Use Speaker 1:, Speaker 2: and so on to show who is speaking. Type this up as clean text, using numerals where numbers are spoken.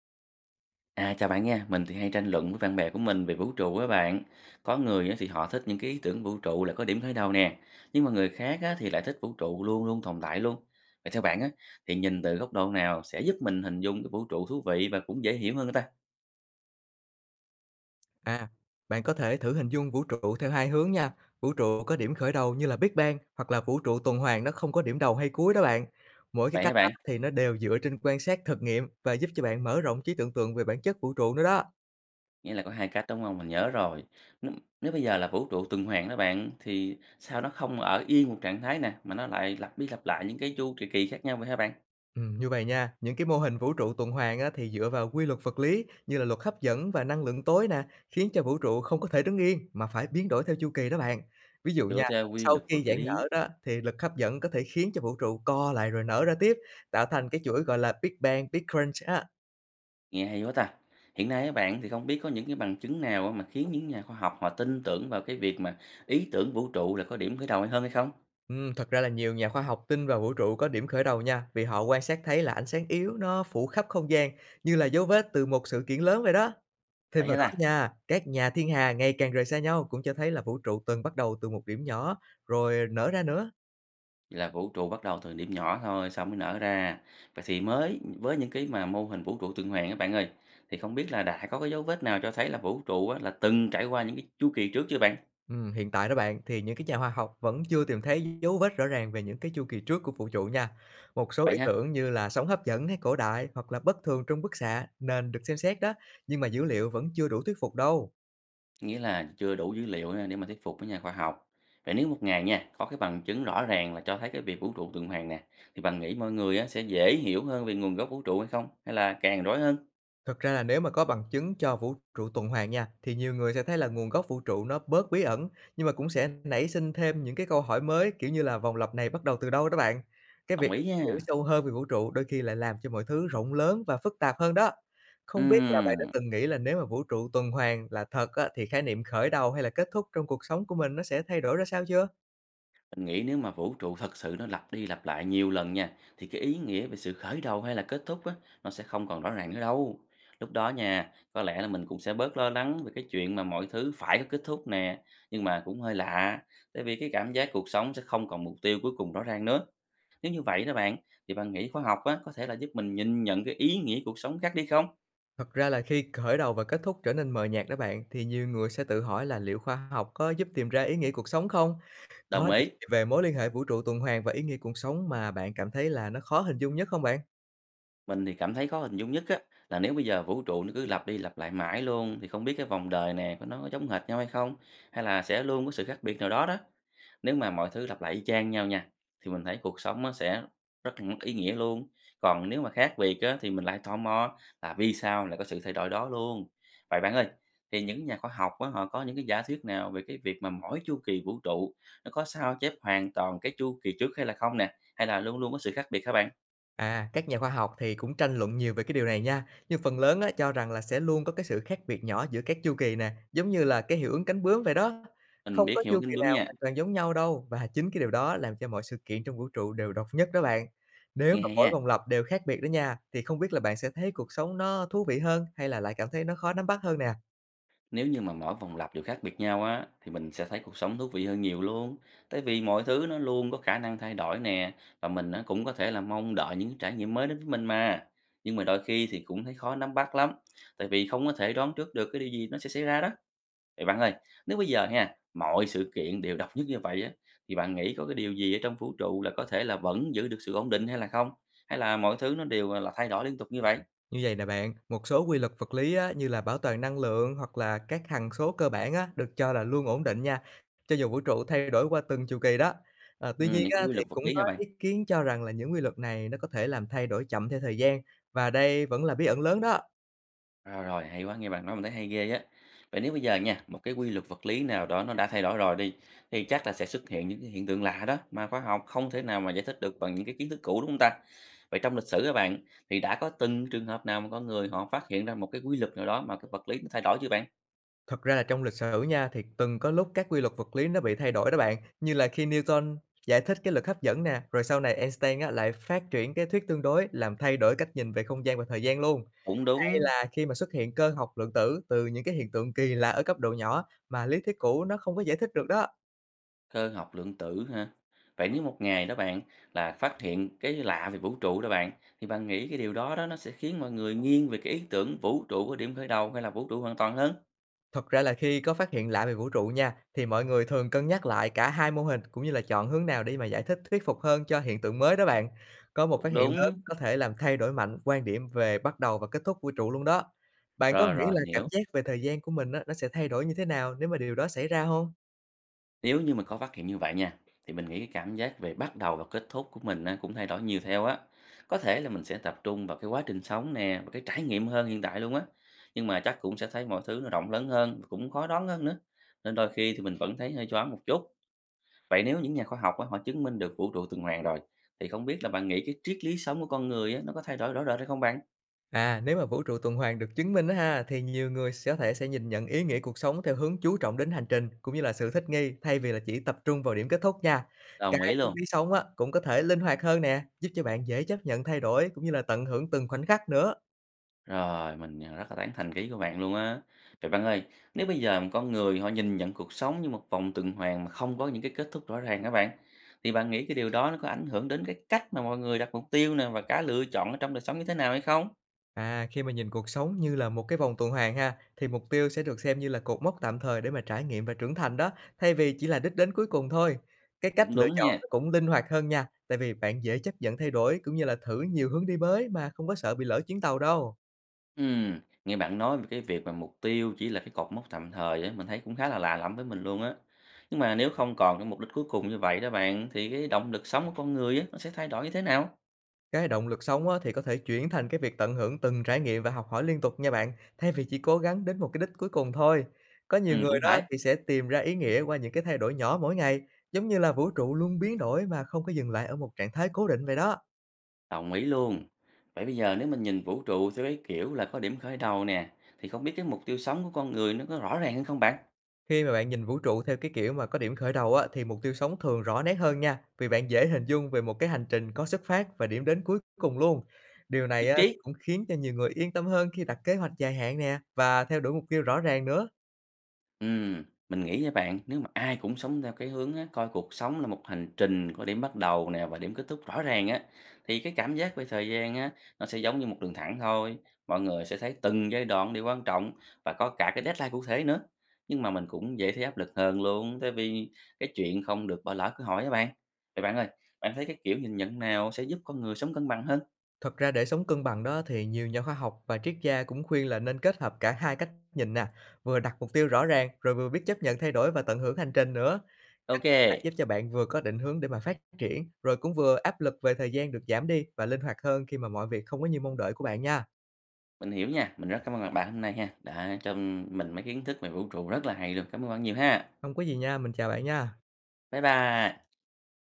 Speaker 1: À, chào bạn nha, mình thì hay tranh luận với bạn bè của mình về vũ trụ á bạn. Có người á thì họ thích những cái ý tưởng vũ trụ là có điểm khởi đầu nè, nhưng mà người khác á thì lại thích vũ trụ luôn luôn tồn tại luôn. Vậy theo bạn á, thì nhìn từ góc độ nào sẽ giúp mình hình dung cái vũ trụ thú vị và cũng dễ hiểu hơn người ta?
Speaker 2: À, bạn có thể thử hình dung vũ trụ theo hai hướng nha. Vũ trụ có điểm khởi đầu như là Big Bang hoặc là vũ trụ tuần hoàn nó không có điểm đầu hay cuối đó bạn. Mỗi cái
Speaker 1: Vậy hả
Speaker 2: cách
Speaker 1: bạn?
Speaker 2: thì nó đều dựa trên quan sát thực nghiệm và giúp cho bạn mở rộng trí tưởng tượng về bản chất vũ trụ nữa đó.
Speaker 1: Nghĩa là có hai cách đúng không? Mình nhớ rồi. Nếu, nếu bây giờ là vũ trụ tuần hoàn đó bạn, thì sao nó không ở yên một trạng thái nè, mà nó lại lặp đi lặp lại những cái chu kỳ kỳ khác nhau vậy hả bạn?
Speaker 2: Như vậy nha, những cái mô hình vũ trụ tuần hoàn á, thì dựa vào quy luật vật lý như là luật hấp dẫn và năng lượng tối nè, khiến cho vũ trụ không có thể đứng yên mà phải biến đổi theo chu kỳ đó bạn. Ví dụ
Speaker 1: Dựa
Speaker 2: nha,
Speaker 1: theo quy
Speaker 2: sau
Speaker 1: luật
Speaker 2: khi
Speaker 1: vật
Speaker 2: giãn
Speaker 1: lý.
Speaker 2: nở đó thì lực hấp dẫn có thể khiến cho vũ trụ co lại rồi nở ra tiếp, tạo thành cái chuỗi gọi là Big Bang, Big Crunch á.
Speaker 1: Nghe hay quá ta. Hiện nay các bạn thì không biết có những cái bằng chứng nào á mà khiến những nhà khoa học họ tin tưởng vào cái việc mà ý tưởng vũ trụ là có điểm khởi đầu hay hơn hay không?
Speaker 2: Thật ra là nhiều nhà khoa học tin vào vũ trụ có điểm khởi đầu nha, vì họ quan sát thấy là ánh sáng yếu nó phủ khắp không gian như là dấu vết từ một sự kiện lớn vậy đó. Thêm
Speaker 1: Vậy
Speaker 2: vào
Speaker 1: hả
Speaker 2: đó
Speaker 1: ta?
Speaker 2: nha, các nhà thiên hà ngày càng rời xa nhau cũng cho thấy là vũ trụ từng bắt đầu từ một điểm nhỏ rồi nở ra nữa.
Speaker 1: Vậy là vũ trụ bắt đầu từ điểm nhỏ thôi xong mới nở ra. Vậy thì mới với những cái mà mô hình vũ trụ tuần hoàn các bạn ơi, thì không biết là đã có cái dấu vết nào cho thấy là vũ trụ á, là từng trải qua những cái chu kỳ trước chưa bạn?
Speaker 2: Hiện tại đó bạn thì những cái nhà hóa học vẫn chưa tìm thấy dấu vết rõ ràng về những cái chu kỳ trước của vũ trụ nha. Một số
Speaker 1: Vậy
Speaker 2: ý
Speaker 1: ha?
Speaker 2: tưởng như là sóng hấp dẫn hay cổ đại hoặc là bất thường trong bức xạ nên được xem xét đó, nhưng mà dữ liệu vẫn chưa đủ thuyết phục đâu.
Speaker 1: Nghĩa là chưa đủ dữ liệu ha để mà thuyết phục với nhà khoa học. Vậy nếu một ngày nha, có cái bằng chứng rõ ràng là cho thấy cái việc vũ trụ tuần hoàn nè, thì bạn nghĩ mọi người á, sẽ dễ hiểu hơn về nguồn gốc vũ trụ hay không? Hay là càng rối hơn?
Speaker 2: Thật ra là nếu mà có bằng chứng cho vũ trụ tuần hoàn nha, thì nhiều người sẽ thấy là nguồn gốc vũ trụ nó bớt bí ẩn, nhưng mà cũng sẽ nảy sinh thêm những cái câu hỏi mới, kiểu như là vòng lặp này bắt đầu từ đâu đó bạn. Cái
Speaker 1: Đồng
Speaker 2: việc
Speaker 1: ý
Speaker 2: hiểu
Speaker 1: nha.
Speaker 2: sâu hơn về vũ trụ đôi khi lại làm cho mọi thứ rộng lớn và phức tạp hơn đó. Không biết là bạn đã
Speaker 1: Ừm,
Speaker 2: từng nghĩ là nếu mà vũ trụ tuần hoàn là thật á, thì khái niệm khởi đầu hay là kết thúc trong cuộc sống của mình nó sẽ thay đổi ra sao chưa?
Speaker 1: mình nghĩ nếu mà vũ trụ thật sự nó lặp đi lặp lại nhiều lần nha, thì cái ý nghĩa về sự khởi đầu hay là kết thúc á, nó sẽ không còn rõ ràng nữa đâu. Lúc đó nha, có lẽ là mình cũng sẽ bớt lo lắng về cái chuyện mà mọi thứ phải có kết thúc nè, nhưng mà cũng hơi lạ, tại vì cái cảm giác cuộc sống sẽ không còn mục tiêu cuối cùng rõ ràng nữa. Nếu như vậy đó bạn, thì bạn nghĩ khoa học á, có thể là giúp mình nhìn nhận cái ý nghĩa cuộc sống khác đi không?
Speaker 2: Thật ra là khi khởi đầu và kết thúc trở nên mờ nhạt đó bạn, thì nhiều người sẽ tự hỏi là liệu khoa học có giúp tìm ra ý nghĩa cuộc sống không?
Speaker 1: Đồng
Speaker 2: Có điều
Speaker 1: ý.
Speaker 2: gì về mối liên hệ vũ trụ tuần hoàn và ý nghĩa cuộc sống mà bạn cảm thấy là nó khó hình dung nhất không bạn?
Speaker 1: Mình thì cảm thấy khó hình dung nhất á, là nếu bây giờ vũ trụ nó cứ lặp đi lặp lại mãi luôn thì không biết cái vòng đời nè của nó có giống hệt nhau hay không, hay là sẽ luôn có sự khác biệt nào đó đó. Nếu mà mọi thứ lặp lại y chang nhau nha, thì mình thấy cuộc sống nó sẽ rất là mất ý nghĩa luôn. Còn nếu mà khác biệt á, thì mình lại tò mò là vì sao lại có sự thay đổi đó luôn. Vậy bạn ơi, thì những nhà khoa học á, họ có những cái giả thuyết nào về cái việc mà mỗi chu kỳ vũ trụ nó có sao chép hoàn toàn cái chu kỳ trước hay là không nè, hay là luôn luôn có sự khác biệt các bạn?
Speaker 2: À, các nhà khoa học thì cũng tranh luận nhiều về cái điều này nha, nhưng phần lớn á, cho rằng là sẽ luôn có cái sự khác biệt nhỏ giữa các chu kỳ nè, giống như là cái hiệu ứng cánh bướm vậy đó.
Speaker 1: Mình
Speaker 2: Không
Speaker 1: biết
Speaker 2: có
Speaker 1: hiểu
Speaker 2: chu
Speaker 1: kính
Speaker 2: kỳ
Speaker 1: bướng
Speaker 2: nào
Speaker 1: nha.
Speaker 2: hoàn toàn giống nhau đâu, và chính cái điều đó làm cho mọi sự kiện trong vũ trụ đều độc nhất đó bạn. Nếu
Speaker 1: Nghe
Speaker 2: mà
Speaker 1: hay
Speaker 2: mỗi
Speaker 1: ha,
Speaker 2: vòng lặp đều khác biệt đó nha, thì không biết là bạn sẽ thấy cuộc sống nó thú vị hơn hay là lại cảm thấy nó khó nắm bắt hơn nè.
Speaker 1: nếu như mà mỗi vòng lặp đều khác biệt nhau á thì mình sẽ thấy cuộc sống thú vị hơn nhiều luôn. Tại vì mọi thứ nó luôn có khả năng thay đổi nè và mình á, cũng có thể là mong đợi những trải nghiệm mới đến với mình mà. Nhưng mà đôi khi thì cũng thấy khó nắm bắt lắm, tại vì không có thể đoán trước được cái điều gì nó sẽ xảy ra đó. Vậy bạn ơi, nếu bây giờ ha, mọi sự kiện đều độc nhất như vậy á thì bạn nghĩ có cái điều gì ở trong vũ trụ là có thể là vẫn giữ được sự ổn định hay là không? Hay là mọi thứ nó đều là thay đổi liên tục như vậy?
Speaker 2: Như vậy nè bạn, một số quy luật vật lý á, như là bảo toàn năng lượng hoặc là các hằng số cơ bản á, được cho là luôn ổn định nha, cho dù vũ trụ thay đổi qua từng chu kỳ đó. À,
Speaker 1: Ừ,
Speaker 2: tuy
Speaker 1: những
Speaker 2: nhiên
Speaker 1: cái
Speaker 2: á,
Speaker 1: quy
Speaker 2: thì
Speaker 1: luật vật
Speaker 2: cũng
Speaker 1: lý
Speaker 2: có
Speaker 1: nha bạn.
Speaker 2: ý kiến cho rằng là những quy luật này nó có thể làm thay đổi chậm theo thời gian và đây vẫn là bí ẩn lớn đó.
Speaker 1: Rồi, hay quá, nghe bạn nói mình thấy hay ghê á. Vậy nếu bây giờ nha, một cái quy luật vật lý nào đó nó đã thay đổi rồi đi, thì chắc là sẽ xuất hiện những cái hiện tượng lạ đó mà khoa học không thể nào mà giải thích được bằng những cái kiến thức cũ đúng không ta? Vậy trong lịch sử các bạn, thì đã có từng trường hợp nào mà có người họ phát hiện ra một cái quy luật nào đó mà cái vật lý nó thay đổi chưa bạn?
Speaker 2: Thật ra là trong lịch sử nha thì từng có lúc các quy luật vật lý nó bị thay đổi đó bạn, như là khi Newton giải thích cái lực hấp dẫn nè, rồi sau này Einstein á, lại phát triển cái thuyết tương đối làm thay đổi cách nhìn về không gian và thời gian luôn.
Speaker 1: Cũng
Speaker 2: Hay
Speaker 1: đúng,
Speaker 2: là khi mà xuất hiện cơ học lượng tử từ những cái hiện tượng kỳ lạ ở cấp độ nhỏ mà lý thuyết cũ nó không có giải thích được đó.
Speaker 1: cơ học lượng tử ha. Vậy nếu một ngày đó bạn là phát hiện cái lạ về vũ trụ đó bạn, thì bạn nghĩ cái điều đó đó nó sẽ khiến mọi người nghiêng về cái ý tưởng vũ trụ có điểm khởi đầu hay là vũ trụ hoàn toàn hơn?
Speaker 2: Thật ra là khi có phát hiện lạ về vũ trụ nha, thì mọi người thường cân nhắc lại cả hai mô hình cũng như là chọn hướng nào để mà giải thích thuyết phục hơn cho hiện tượng mới đó bạn. Có một phát
Speaker 1: Cũng
Speaker 2: hiện lớn
Speaker 1: đúng.
Speaker 2: có thể làm thay đổi mạnh quan điểm về bắt đầu và kết thúc vũ trụ luôn đó. Bạn có
Speaker 1: Rồi,
Speaker 2: nghĩ
Speaker 1: rồi,
Speaker 2: là
Speaker 1: mình
Speaker 2: cảm
Speaker 1: hiểu.
Speaker 2: giác về thời gian của mình á, nó sẽ thay đổi như thế nào nếu mà điều đó xảy ra không
Speaker 1: Nếu như mình có phát hiện như vậy nha, thì mình nghĩ cái cảm giác về bắt đầu và kết thúc của mình á, cũng thay đổi nhiều theo á. Có thể là mình sẽ tập trung vào cái quá trình sống nè, và cái trải nghiệm hơn hiện tại luôn á. Nhưng mà chắc cũng sẽ thấy mọi thứ nó rộng lớn hơn, và cũng khó đoán hơn nữa. Nên đôi khi thì mình vẫn thấy hơi choáng một chút. Vậy nếu những nhà khoa học á, họ chứng minh được vũ trụ tuần hoàn rồi, thì không biết là bạn nghĩ cái triết lý sống của con người á, nó có thay đổi rõ rệt hay không bạn?
Speaker 2: À, nếu mà vũ trụ tuần hoàn được chứng minh á ha, thì nhiều người sẽ có thể sẽ nhìn nhận ý nghĩa cuộc sống theo hướng chú trọng đến hành trình cũng như là sự thích nghi thay vì là chỉ tập trung vào điểm kết thúc nha. Cái
Speaker 1: Đồng ý
Speaker 2: triết
Speaker 1: luôn.
Speaker 2: lý sống á cũng có thể linh hoạt hơn nè, giúp cho bạn dễ chấp nhận thay đổi cũng như là tận hưởng từng khoảnh khắc nữa.
Speaker 1: Rồi, mình, rất là tán thành cái ý của bạn luôn á. Vậy bạn ơi, nếu bây giờ một con người họ nhìn nhận cuộc sống như một vòng tuần hoàn mà không có những cái kết thúc rõ ràng các bạn, thì bạn nghĩ cái điều đó nó có ảnh hưởng đến cái cách mà mọi người đặt mục tiêu nè và cả lựa chọn ở trong đời sống như thế nào hay không?
Speaker 2: À, khi mà nhìn cuộc sống như là một cái vòng tuần hoàn ha, thì mục tiêu sẽ được xem như là cột mốc tạm thời để mà trải nghiệm và trưởng thành đó, thay vì chỉ là đích đến cuối cùng thôi. Cái cách
Speaker 1: Cũng
Speaker 2: lựa
Speaker 1: đúng
Speaker 2: chọn
Speaker 1: nha.
Speaker 2: nó cũng linh hoạt hơn nha, tại vì bạn dễ chấp nhận thay đổi cũng như là thử nhiều hướng đi mới mà không có sợ bị lỡ chuyến tàu đâu.
Speaker 1: Ừm, nghe bạn nói về cái việc mà mục tiêu chỉ là cái cột mốc tạm thời ấy, mình thấy cũng khá là lạ lẫm với mình luôn á. Nhưng mà nếu không còn cái mục đích cuối cùng như vậy đó bạn, thì cái động lực sống của con người á, nó sẽ thay đổi như thế nào?
Speaker 2: Cái động lực sống á, thì có thể chuyển thành cái việc tận hưởng từng trải nghiệm và học hỏi liên tục nha bạn, thay vì chỉ cố gắng đến một cái đích cuối cùng thôi. Có nhiều người
Speaker 1: Cũng
Speaker 2: đó
Speaker 1: phải.
Speaker 2: thì sẽ tìm ra ý nghĩa qua những cái thay đổi nhỏ mỗi ngày, giống như là vũ trụ luôn biến đổi mà không có dừng lại ở một trạng thái cố định vậy đó.
Speaker 1: Đồng ý luôn. Vậy bây giờ nếu mình nhìn vũ trụ theo cái kiểu là có điểm khởi đầu nè, thì không biết cái mục tiêu sống của con người nó có rõ ràng hơn không bạn?
Speaker 2: Khi mà bạn nhìn vũ trụ theo cái kiểu mà có điểm khởi đầu á, thì mục tiêu sống thường rõ nét hơn nha, vì bạn dễ hình dung về một cái hành trình có xuất phát và điểm đến cuối cùng luôn. Điều này
Speaker 1: Nhất
Speaker 2: á,
Speaker 1: trí.
Speaker 2: cũng khiến cho nhiều người yên tâm hơn khi đặt kế hoạch dài hạn nè và theo đuổi mục tiêu rõ ràng nữa.
Speaker 1: Ừm, mình nghĩ nha bạn, nếu mà ai cũng sống theo cái hướng á, coi cuộc sống là một hành trình có điểm bắt đầu nè và điểm kết thúc rõ ràng á, thì cái cảm giác về thời gian á, nó sẽ giống như một đường thẳng thôi. Mọi người sẽ thấy từng giai đoạn đều quan trọng và có cả cái deadline cụ thể nữa. Nhưng mà mình cũng dễ thấy áp lực hơn luôn, tại vì cái chuyện không được bỏ lỡ cơ hội á bạn. Vậy bạn ơi, bạn thấy cái kiểu nhìn nhận nào sẽ giúp con người sống cân bằng hơn?
Speaker 2: Thật ra để sống cân bằng đó thì nhiều nhà khoa học và triết gia cũng khuyên là nên kết hợp cả hai cách nhìn nè, vừa đặt mục tiêu rõ ràng rồi vừa biết chấp nhận thay đổi và tận hưởng hành trình nữa.
Speaker 1: Ok,
Speaker 2: Cách này giúp cho bạn vừa có định hướng để mà phát triển, rồi cũng vừa áp lực về thời gian được giảm đi và linh hoạt hơn khi mà mọi việc không có như mong đợi của bạn nha.
Speaker 1: mình hiểu nha. Mình rất cảm ơn bạn hôm nay ha, đã cho mình mấy kiến thức về vũ trụ rất là hay luôn. Cảm ơn bạn nhiều ha.
Speaker 2: Không có gì nha, mình chào bạn nha.
Speaker 1: Bye bye.